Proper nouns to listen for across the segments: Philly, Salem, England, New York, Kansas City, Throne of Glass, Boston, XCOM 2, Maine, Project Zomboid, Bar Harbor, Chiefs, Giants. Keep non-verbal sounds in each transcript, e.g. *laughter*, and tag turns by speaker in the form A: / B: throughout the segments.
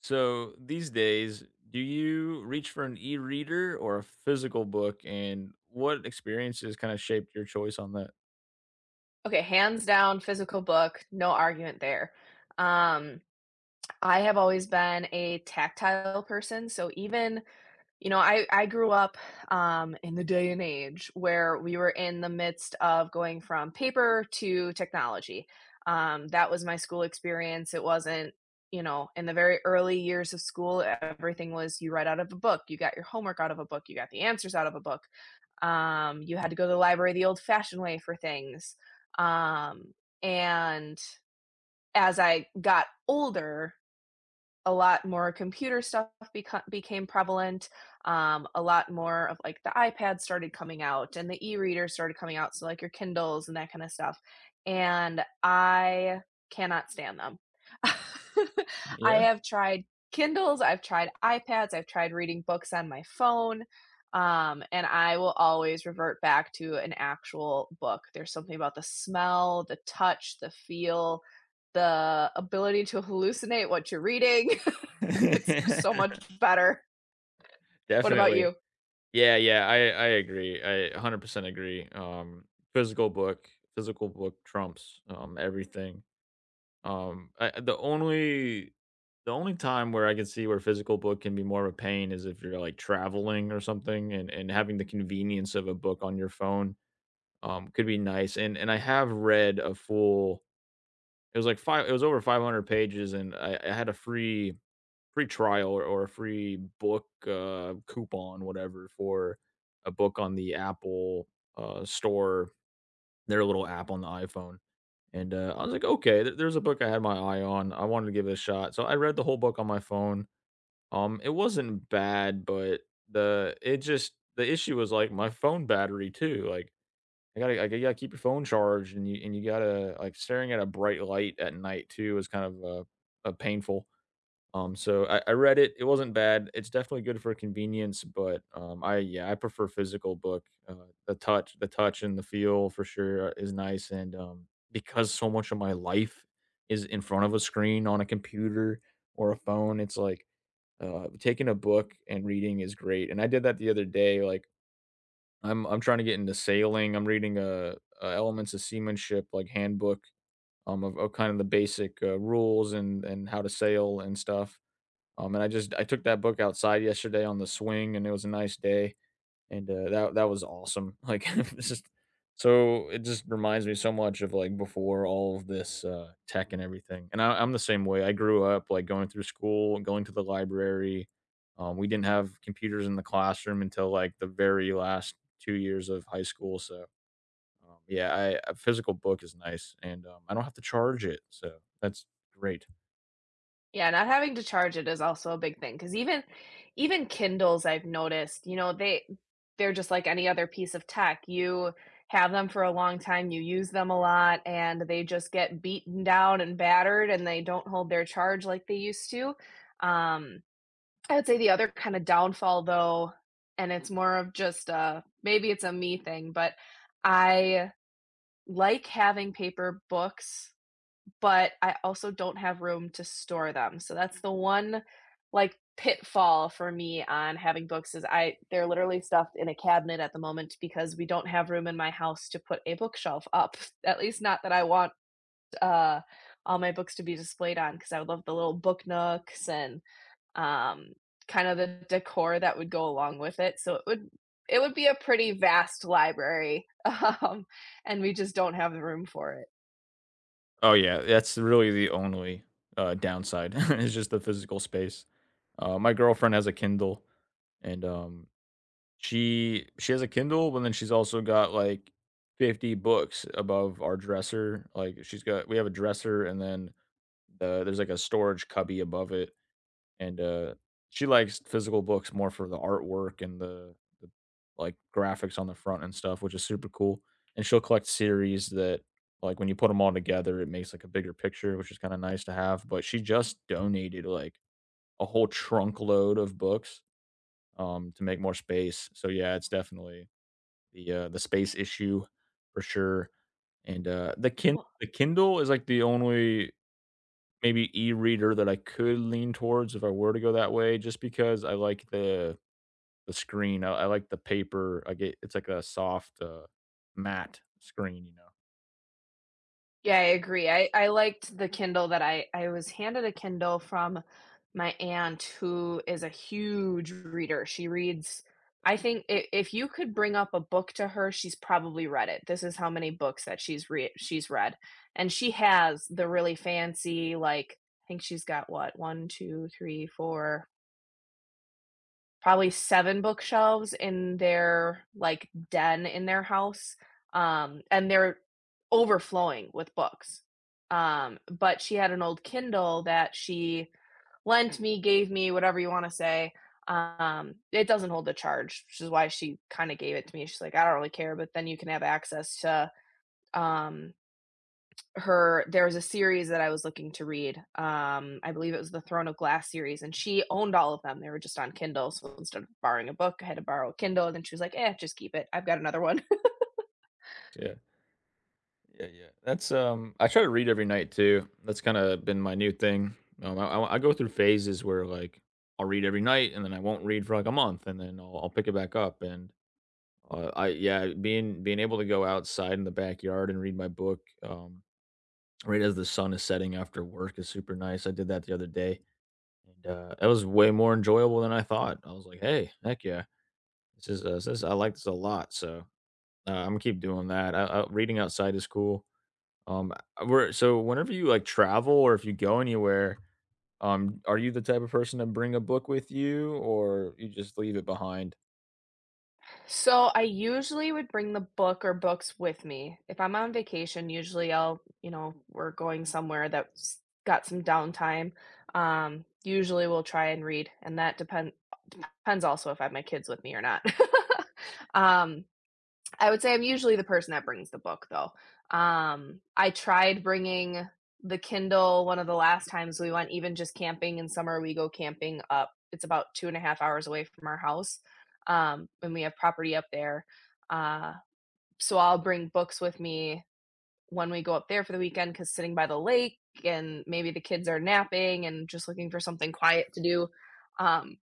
A: So these days, do you reach for an e-reader or a physical book, and what experiences kind of shaped your choice on that?
B: Okay, hands down, physical book, no argument there. Um, I have always been a tactile person, so even I grew up, in the day and age where we were in the midst of going from paper to technology. That was my school experience. It wasn't in the very early years of school, everything was you read out of a book, you got your homework out of a book, you got the answers out of a book. You had to go to the library the old-fashioned way for things. Um, and as I got older, a lot more computer stuff beco became prevalent. A lot more of like the iPad started coming out and the e-reader started coming out. So like your Kindles and that kind of stuff. And I cannot stand them. *laughs* I
A: Yeah,
B: have tried Kindles, I've tried iPads, I've tried reading books on my phone. And I will always revert back to an actual book. There's something about the smell, the touch, the feel, the ability to hallucinate what you're reading. *laughs* It's just so much better.
A: *laughs*
B: What about
A: definitely.
B: you?
A: Yeah, yeah, I agree. I 100% agree. Physical book, physical book trumps everything. Um, I, the only the only time where I can see where physical book can be more of a pain is if you're like traveling or something, and having the convenience of a book on your phone could be nice. And I have read a full. It was like five. It was over 500 pages, and I had a free trial or a free book coupon, whatever, for a book on the Apple store, their little app on the iPhone. And I was like, okay, there's a book I had my eye on. I wanted to give it a shot, so I read the whole book on my phone. It wasn't bad, but the it just the issue was like my phone battery too. Like I gotta keep your phone charged, and you gotta like, staring at a bright light at night too is kind of painful, so I read it, it wasn't bad, it's definitely good for convenience, but, I yeah, I prefer physical book, the touch and the feel for sure is nice, and, because so much of my life is in front of a screen on a computer or a phone, it's like, taking a book and reading is great, and I did that the other day, like, I'm trying to get into sailing. I'm reading a Elements of Seamanship like handbook of kind of the basic rules and how to sail and stuff. And I took that book outside yesterday on the swing, and it was a nice day. And, that was awesome. *laughs* Like, it's just it just reminds me so much of, like, before all of this, tech and everything, and I'm the same way. I grew up, like, going through school, going to the library. We didn't have computers in the classroom until, like, the very last 2 years of high school, so, yeah, I a physical book is nice, and, I don't have to charge it, so that's great.
B: Yeah, not having to charge it is also a big thing. Because even Kindles, I've noticed, you know, they're just like any other piece of tech. You have them for a long time, you use them a lot, and they just get beaten down and battered, and they don't hold their charge like they used to. Um, I would say the other kinda downfall, though, and it's more of just a maybe it's a me thing, but I like having paper books, but I also don't have room to store them. So that's the one like pitfall for me on having books is I they're literally stuffed in a cabinet at the moment because we don't have room in my house to put a bookshelf up. *laughs* At least not that I want uh all my books to be displayed on because I would love the little book nooks and um kind of the decor that would go along with it. So it would be a pretty vast library. *laughs* Um and we just don't have the room for it.
A: Oh yeah, that's really the only, downside *laughs* is just the physical space. My girlfriend has a Kindle, and, she has a Kindle, but then she's also got, like, 50 books above our dresser, like, she's got we have a dresser, and then there's, like, a storage cubby above it, and, she likes physical books more for the artwork and the like, graphics on the front and stuff, which is super cool, and she'll collect series that, like, when you put them all together, it makes, like, a bigger picture, which is kinda nice to have, but she just donated, like, a whole trunk load of books, to make more space, so, yeah, it's definitely the space issue for sure, and,
B: Well,
A: the Kindle is, like, the only maybe e-reader that I could lean towards if I were to go that way, just because I like the screen. I like the paper. I get it's like a soft, matte screen, you know?
B: yeah, I agree. I liked the Kindle that I was handed a Kindle from my aunt who is a huge reader. She reads I think I if you could bring up a book to her, she's probably read it. This is how many books that she's read. And she has the really fancy, like, I think she's got what, one, two, three, four, probably 7 bookshelves in their, like, den in their house, and they're overflowing with books. But she had an old Kindle that she lent me, gave me, whatever you wanna say. It doesn't hold a charge, which is why she kinda gave it to me. She's like, "I don't really care, but then you can have access to, um, her there was a series that I was looking to read, I believe it was the Throne of Glass series, and she owned all of them, they were just on Kindle, so instead of borrowing a book, I had to borrow a Kindle, and then she was like, "Eh, just keep it, I've got another one." *laughs*
A: So, yeah. Yeah, yeah. That's, I try to read every night too. That's kinda been my new thing. I go through phases where, like, I'll read every night, and then I won't read for, like, a month, and then I'll pick it back up, and, I yeah, being able to go outside in the backyard and read my book, right as the sun is setting after work is super nice. I did that the other day, and that was way more enjoyable than I thought. I was like, "Hey, heck yeah, this is this I like this a lot." So I'm gonna keep doing that. Reading outside is cool. Um, so whenever you like travel or if you go anywhere, are you the type of person to bring a book with you, or you just leave it behind?
B: So I usually would bring the book or books with me. If I'm on vacation, usually I'll, you know, we're going somewhere that's got some downtime. Usually we'll try and read, and that depends also if I have my kids with me or not. *laughs* Um, I would say I'm usually the person that brings the book, though. I tried bringing the Kindle one of the last times we went, even just camping in summer, we go camping up it's about 2.5 hours away from our house, and we have property up there. Uh, so I'll bring books with me when we go up there for the weekend, because sitting by the lake and maybe the kids are napping and just looking for something quiet to do, um,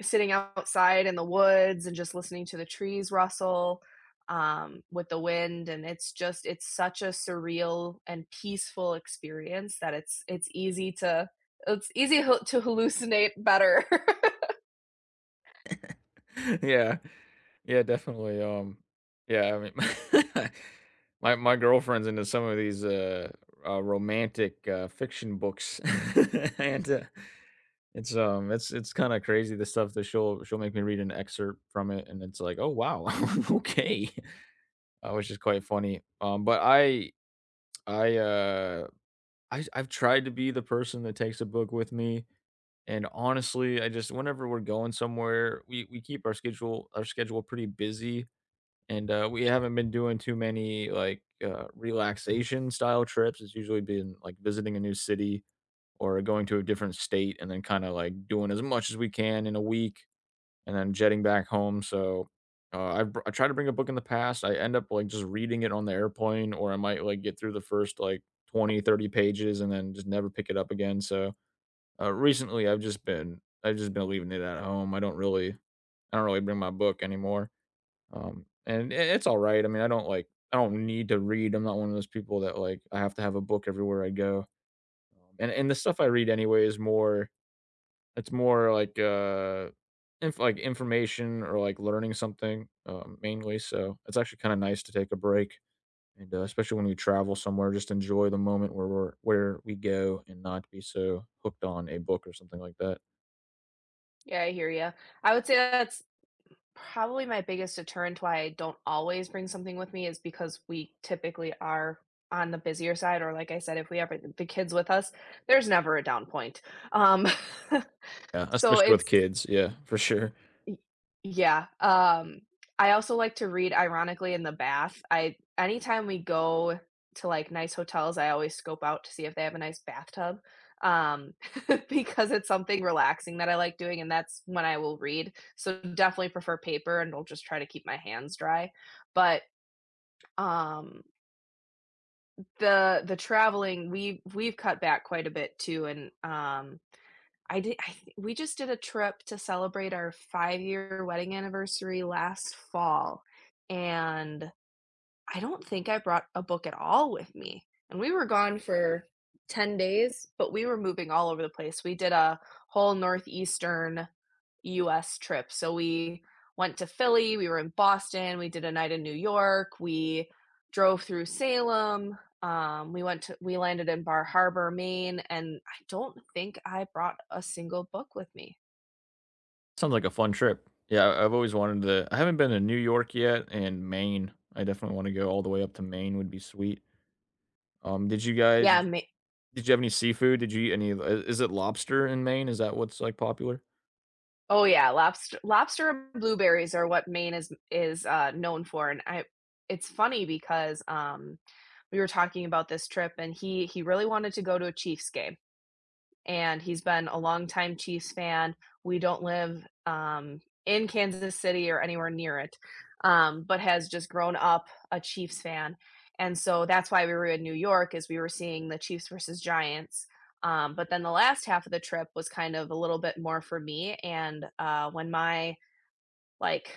B: sitting outside in the woods and just listening to the trees rustle with the wind and it's such a surreal and peaceful experience that it's easy to it's easy to hallucinate better. *laughs*
A: *laughs* Yeah. Yeah, definitely, yeah, I mean, *laughs* my girlfriend's into some of these, romantic, fiction books, *laughs* and, it's, it's kinda crazy the stuff that she'll make me read an excerpt from it, and it's like, "Oh, wow, *laughs* okay," which is quite funny, but I, uh, I I've tried to be the person that takes a book with me, and honestly, I just whenever we're going somewhere, we keep our schedule pretty busy and, we haven't been doing too many, like, relaxation style trips. It's usually been, like, visiting a new city or going to a different state and then kinda, like, doing as much as we can in a week and then jetting back home, so, I tried to bring a book in the past. I end up, like, just reading it on the airplane, or I might, like, get through the first, like, 20, 30 pages and then just never pick it up again, so, recently, I've just been leaving it at home. I don't really bring my book anymore. And it's all right. I mean, I don't need to read. I'm not one of those people that like I have to have a book everywhere I go. And the stuff I read anyway is more it's more like like information or like learning something mainly. So it's actually kind of nice to take a break and especially when we travel somewhere, just enjoy the moment where we go and not be so hooked on a book or something like that.
B: Yeah, I hear you. I would say that's probably my biggest deterrent why I don't always bring something with me is because we typically are on the busier side or like I said if we have the kids with us there's never a down point. um
A: Yeah,
B: *laughs* so
A: especially with
B: it's
A: kids. Yeah, for sure.
B: Y yeah, I also like to read ironically in the bath. I anytime we go to, like, nice hotels, I always scope out to see if they have a nice bathtub, um, *laughs* because it's something relaxing that I like doing, and that's when I will read. So, definitely prefer paper, and I'll just try to keep my hands dry. But, um, the traveling, we've cut back quite a bit too, and, I did I th we just did a trip to celebrate our five-year wedding anniversary last fall, and I don't think I brought a book at all with me, and we were gone for 10 days, but we were moving all over the place. We did a whole northeastern US trip. So we went to Philly, we were in Boston, we did a night in New York, we drove through Salem, we went to we landed in Bar Harbor, Maine, and I don't think I brought a single book with me.
A: Sounds like a fun trip. Yeah, I've always wanted to. I haven't been to New York yet, and Maine. I definitely want to go all the way up to Maine. Would be sweet. Did you guys?
B: Yeah.
A: Did you have any seafood? Did you eat any? Is it lobster in Maine? Is that what's like popular?
B: Oh yeah, lobster and blueberries are what Maine is, known for, and I it's funny because, we were talking about this trip, and he really wanted to go to a Chiefs game, and he's been a longtime Chiefs fan. We don't live in Kansas City or anywhere near it, but has just grown up a Chiefs fan. And so that's why we were in New York, is we were seeing the Chiefs versus Giants. But then the last half of the trip was kind of a little bit more for me. And when my like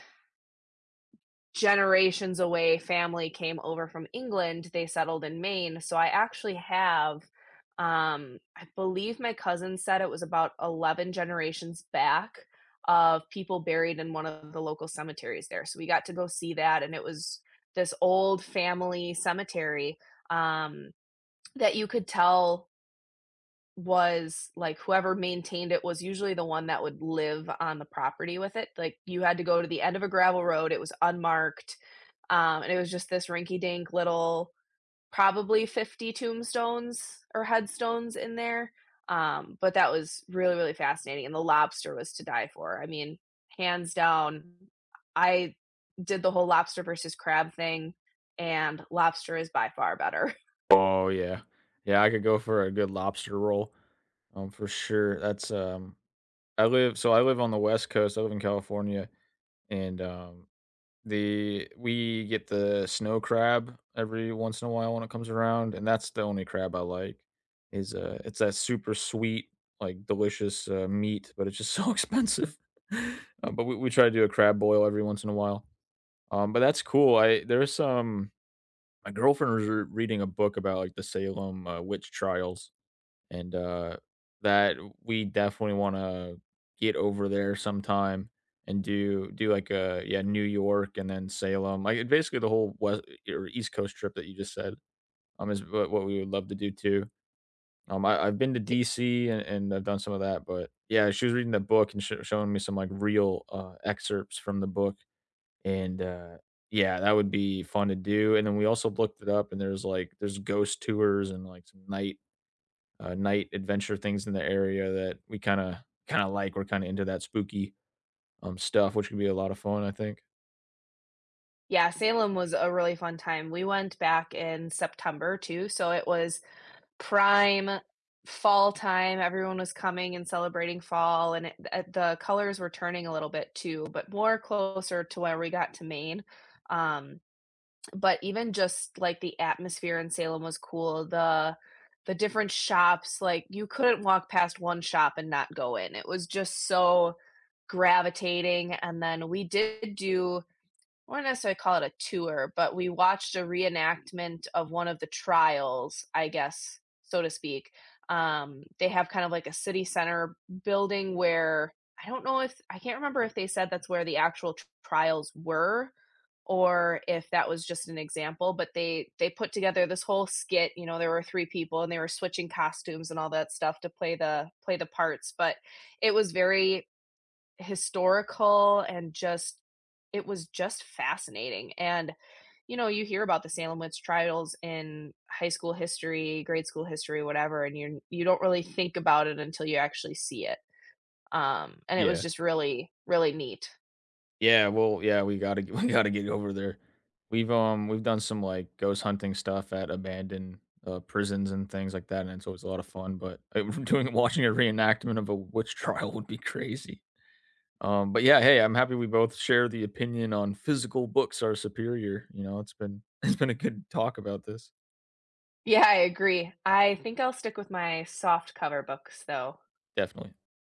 B: generations away family came over from England, they settled in Maine, so I actually have, I believe my cousin said it was about 11 generations back of people buried in one of the local cemeteries there, so we got to go see that, and it was this old family cemetery, um, that you could tell was like whoever maintained it was usually the one that would live on the property with it. Like you had to go to the end of a gravel road, it was unmarked. And it was just this rinky dink little, probably 50 tombstones or headstones in there. But that was really, really fascinating. And the lobster was to die for. I mean, hands down, I did the whole lobster versus crab thing, and lobster is by far better.
A: Oh yeah, yeah. I could go for a good lobster roll, for sure. That's. I live so I live on the West Coast. I live in California, and The we get the snow crab every once in a while when it comes around, and that's the only crab I like, is, it's that super sweet, like, delicious, meat, but it's just so *laughs* expensive. *laughs* But we try to do a crab boil every once in a while. But that's cool, I there's some my girlfriend was r reading a book about, like, the Salem, witch trials, and that we definitely want to get over there sometime and do like a yeah New York and then Salem basically the whole west or East Coast trip that you just said is what we would love to do too. I've been to
B: *laughs*
A: DC and, I've done some of that, but yeah, she was reading the book and showing me some like real excerpts from the book, and yeah, that would be fun to do. And then we also looked it up, and there's ghost tours and like some night night adventure things in the area that we kinda like. We're kinda into that spooky, stuff, which could be a lot of fun, I think.
B: Yeah, Salem was a really fun time. We went back in September too, so it was prime fall time. Everyone was coming and celebrating fall, and the colors were turning a little bit too, but more closer to where we got to Maine. Um, but even just like the atmosphere in Salem was cool. The different shops, like you couldn't walk past one shop and not go in. It was just so gravitating. And then we did do I wouldn't necessarily call it a tour, but we watched a reenactment of one of the trials, I guess, so to speak. They have kind of like a city center building where I don't know if I can't remember if they said that's where the actual trials were or if that was just an example, but they put together this whole skit, you know, there were three people and they were switching costumes and all that stuff to play the parts, but it was very historical and just it was just fascinating, and, you know, you hear about the Salem witch trials in high school history, grade school history, whatever, and you don't really think about it until you actually see it, and it was
A: Yeah.
B: just really, really neat.
A: Yeah, well, yeah, we gotta *laughs* we gotta get over there. We've done some, like, ghost hunting stuff at abandoned, prisons and things like that, and it's always a lot of fun, but, *laughs* doing watching a reenactment of a witch *laughs* trial would be crazy. But yeah, hey, I'm happy we both share the opinion on physical books are superior, you know, it's been *laughs* it's been a good talk about this.
B: Yeah, I agree. I think I'll stick with my soft cover books, though.
A: Definitely.